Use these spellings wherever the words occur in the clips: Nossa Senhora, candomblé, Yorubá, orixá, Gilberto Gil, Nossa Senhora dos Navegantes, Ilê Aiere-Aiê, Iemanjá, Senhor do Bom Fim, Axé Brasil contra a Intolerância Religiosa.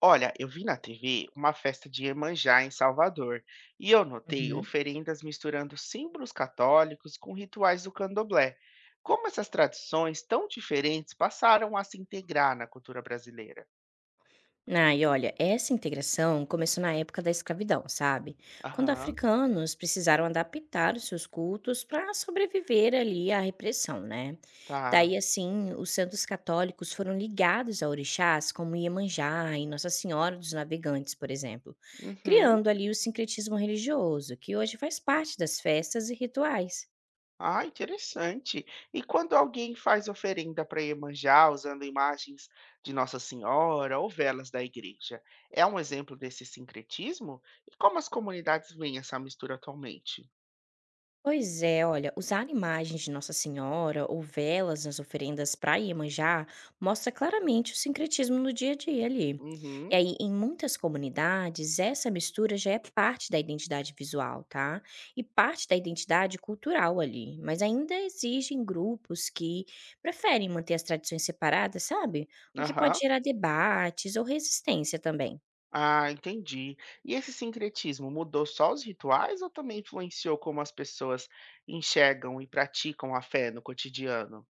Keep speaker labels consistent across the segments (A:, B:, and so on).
A: Olha, eu vi na TV uma festa de Iemanjá em Salvador e eu notei
B: Uhum.
A: oferendas misturando símbolos católicos com rituais do candomblé. Como essas tradições tão diferentes passaram a se integrar na cultura brasileira?
B: Ah, e olha, essa integração começou na época da escravidão, sabe? Quando
A: Aham,
B: africanos precisaram adaptar os seus cultos para sobreviver ali à repressão, né?
A: tá.
B: Daí, assim, os santos católicos foram ligados a orixás como Iemanjá e Nossa Senhora dos Navegantes, por exemplo,
A: Uhum.
B: criando ali o sincretismo religioso, que hoje faz parte das festas e rituais.
A: Ah, interessante. E quando alguém faz oferenda para Iemanjá usando imagens de Nossa Senhora ou velas da igreja, é um exemplo desse sincretismo? E como as comunidades veem essa mistura atualmente?
B: Pois é, olha, usar imagens de Nossa Senhora ou velas nas oferendas para Iemanjá mostra claramente o sincretismo no dia a dia ali. E
A: Uhum.
B: aí, em muitas comunidades, essa mistura já é parte da identidade visual, tá? E parte da identidade cultural ali, mas ainda exigem grupos que preferem manter as tradições separadas, sabe? O que pode
A: Aham.
B: gerar debates ou resistência também.
A: Ah, entendi. E esse sincretismo mudou só os rituais ou também influenciou como as pessoas enxergam e praticam a fé no cotidiano?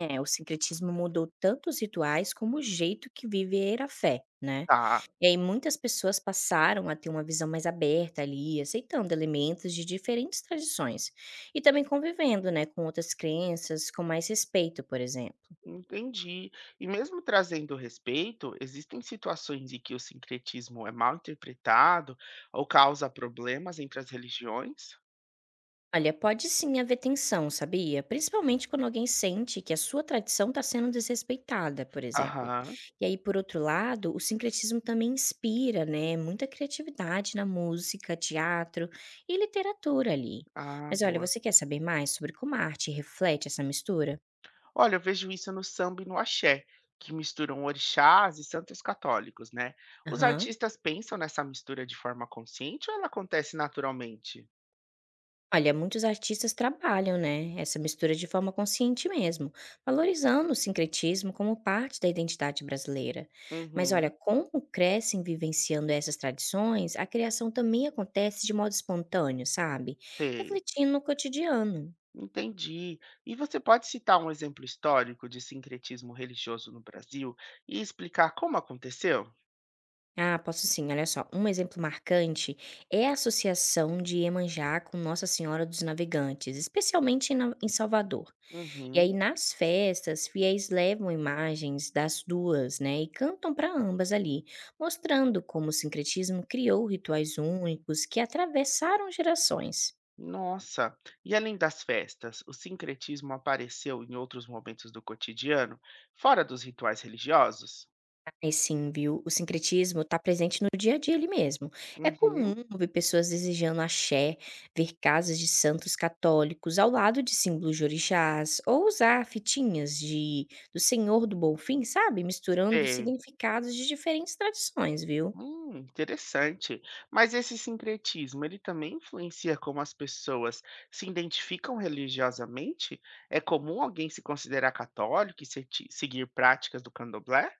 B: É, o sincretismo mudou tanto os rituais como o jeito que viver a fé, né?
A: Tá,
B: E aí muitas pessoas passaram a ter uma visão mais aberta ali, aceitando elementos de diferentes tradições e também convivendo, né, com outras crenças com mais respeito, por exemplo.
A: entendi. E mesmo trazendo respeito, existem situações em que o sincretismo é mal interpretado ou causa problemas entre as religiões?
B: Olha, pode sim haver tensão, sabia? Principalmente quando alguém sente que a sua tradição está sendo desrespeitada, por exemplo.
A: Aham.
B: E aí, por outro lado, o sincretismo também inspira, né, muita criatividade na música, teatro e literatura ali.
A: Ah,
B: Mas olha,
A: boa.
B: você quer saber mais sobre como a arte reflete essa mistura?
A: Olha, eu vejo isso no samba e no axé, que misturam orixás e santos católicos, né? Os
B: Aham.
A: artistas pensam nessa mistura de forma consciente ou ela acontece naturalmente?
B: Olha, muitos artistas trabalham, né, essa mistura de forma consciente mesmo, valorizando o sincretismo como parte da identidade brasileira. Mas olha,
A: Uhum,
B: como crescem vivenciando essas tradições, a criação também acontece de modo espontâneo, sabe?
A: sei,
B: Refletindo no cotidiano.
A: entendi. E você pode citar um exemplo histórico de sincretismo religioso no Brasil e explicar como aconteceu?
B: Ah, posso sim, olha só. Um exemplo marcante é a associação de Iemanjá com Nossa Senhora dos Navegantes, especialmente em em Salvador. E
A: Uhum.
B: aí nas festas, fiéis levam imagens das duas, né, e cantam para ambas ali, mostrando como o sincretismo criou rituais únicos que atravessaram gerações.
A: Nossa, e além das festas, o sincretismo apareceu em outros momentos do cotidiano, fora dos rituais religiosos?
B: Mas sim, viu? O sincretismo está presente no dia a dia ali mesmo. É
A: Uhum,
B: comum ver pessoas desejando axé, ver casas de santos católicos ao lado de símbolos de orixás, ou usar fitinhas de do Senhor do Bom Fim, sabe? Misturando
A: sei.
B: significados de diferentes tradições, viu?
A: Interessante. Mas esse sincretismo, ele também influencia como as pessoas se identificam religiosamente? É comum alguém se considerar católico e seguir práticas do candomblé?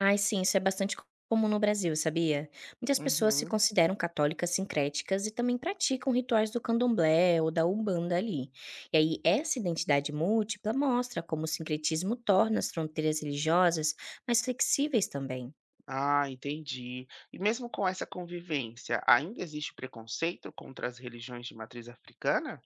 B: Ai, sim, isso é bastante comum no Brasil, sabia? Muitas pessoas se
A: Uhum.
B: consideram católicas sincréticas e também praticam rituais do candomblé ou da umbanda ali. E aí, essa identidade múltipla mostra como o sincretismo torna as fronteiras religiosas mais flexíveis também.
A: Ah, entendi. E mesmo com essa convivência, ainda existe preconceito contra as religiões de matriz africana?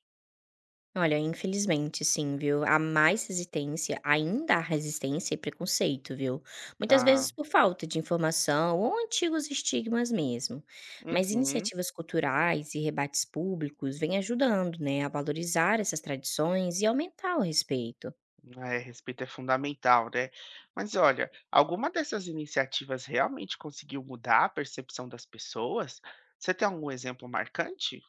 B: Olha, infelizmente sim, viu. Há mais resistência, ainda há resistência e preconceito, viu. Muitas
A: Tá.
B: vezes por falta de informação ou antigos estigmas mesmo. Mas
A: Uhum.
B: iniciativas culturais e rebates públicos vêm ajudando, né, a valorizar essas tradições e aumentar o respeito.
A: É, respeito é fundamental, né? Mas olha, alguma dessas iniciativas realmente conseguiu mudar a percepção das pessoas? Você tem algum exemplo marcante?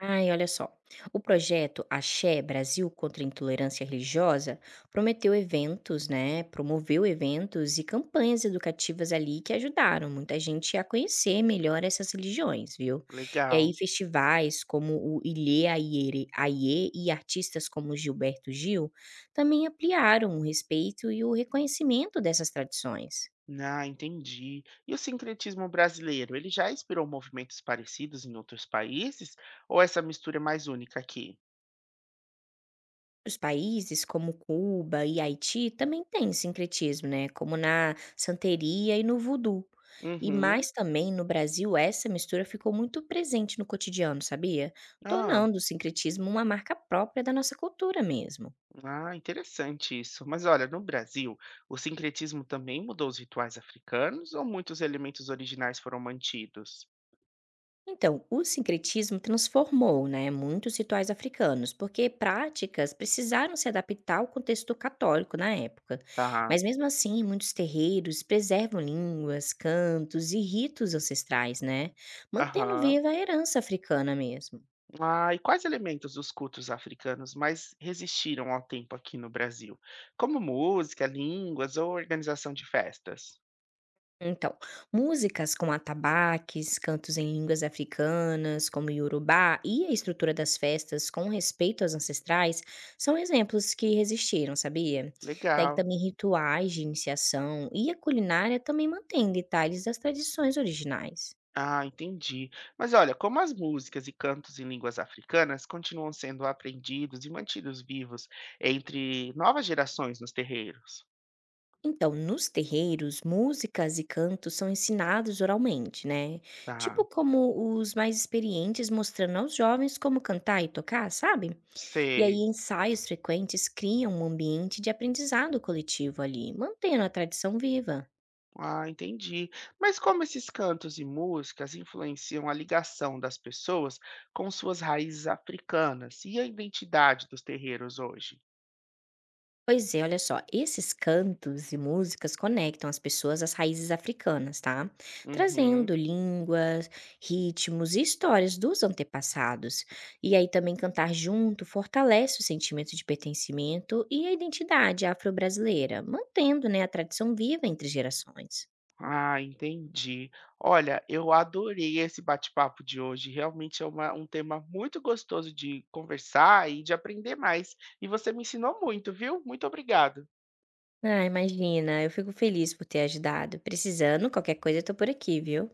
B: Ai, olha só. O projeto Axé Brasil contra a Intolerância Religiosa prometeu eventos, né? Promoveu eventos e campanhas educativas ali que ajudaram muita gente a conhecer melhor essas religiões, viu? E
A: Legal.
B: aí festivais como o Aiê e artistas como Gilberto Gil também ampliaram o respeito e o reconhecimento dessas tradições.
A: Ah, entendi. E o sincretismo brasileiro, ele já inspirou movimentos parecidos em outros países? Ou essa mistura é mais única aqui?
B: Os países como Cuba e Haiti também têm sincretismo, né, como na santeria e no vodu. E
A: Uhum.
B: mais também no Brasil essa mistura ficou muito presente no cotidiano, sabia?
A: Ah,
B: Tornando o sincretismo uma marca própria da nossa cultura mesmo.
A: ah, interessante isso. Mas olha, no Brasil, o sincretismo também mudou os rituais africanos ou muitos elementos originais foram mantidos?
B: Então, o sincretismo transformou, né, muitos rituais africanos, porque práticas precisaram se adaptar ao contexto católico na época.
A: Tá.
B: Mas mesmo assim, muitos terreiros preservam línguas, cantos e ritos ancestrais, né, mantendo
A: Aham.
B: viva a herança africana mesmo.
A: Ah, e quais elementos dos cultos africanos mais resistiram ao tempo aqui no Brasil? Como música, línguas ou organização de festas?
B: Então, músicas com atabaques, cantos em línguas africanas, como Yorubá, e a estrutura das festas com respeito aos ancestrais são exemplos que resistiram, sabia? Daí
A: Legal.
B: também rituais de iniciação e a culinária também mantém detalhes das tradições originais.
A: Ah, entendi. Mas olha, como as músicas e cantos em línguas africanas continuam sendo aprendidos e mantidos vivos entre novas gerações nos terreiros?
B: Então, nos terreiros, músicas e cantos são ensinados oralmente, né?
A: Tá,
B: Tipo como os mais experientes mostrando aos jovens como cantar e tocar, sabe? E aí,
A: sei.
B: ensaios frequentes criam um ambiente de aprendizado coletivo ali, mantendo a tradição viva.
A: Ah, entendi. Mas como esses cantos e músicas influenciam a ligação das pessoas com suas raízes africanas e a identidade dos terreiros hoje?
B: Pois é, olha só, esses cantos e músicas conectam as pessoas às raízes africanas, tá?
A: Uhum.
B: Trazendo línguas, ritmos e histórias dos antepassados. E aí também cantar junto fortalece o sentimento de pertencimento e a identidade afro-brasileira, mantendo, né, a tradição viva entre gerações.
A: Ah, entendi. Olha, eu adorei esse bate-papo de hoje. Realmente é um tema muito gostoso de conversar e de aprender mais. E você me ensinou muito, viu? Muito obrigado.
B: Ah, imagina, eu fico feliz por ter ajudado. Precisando, qualquer coisa eu tô por aqui, viu?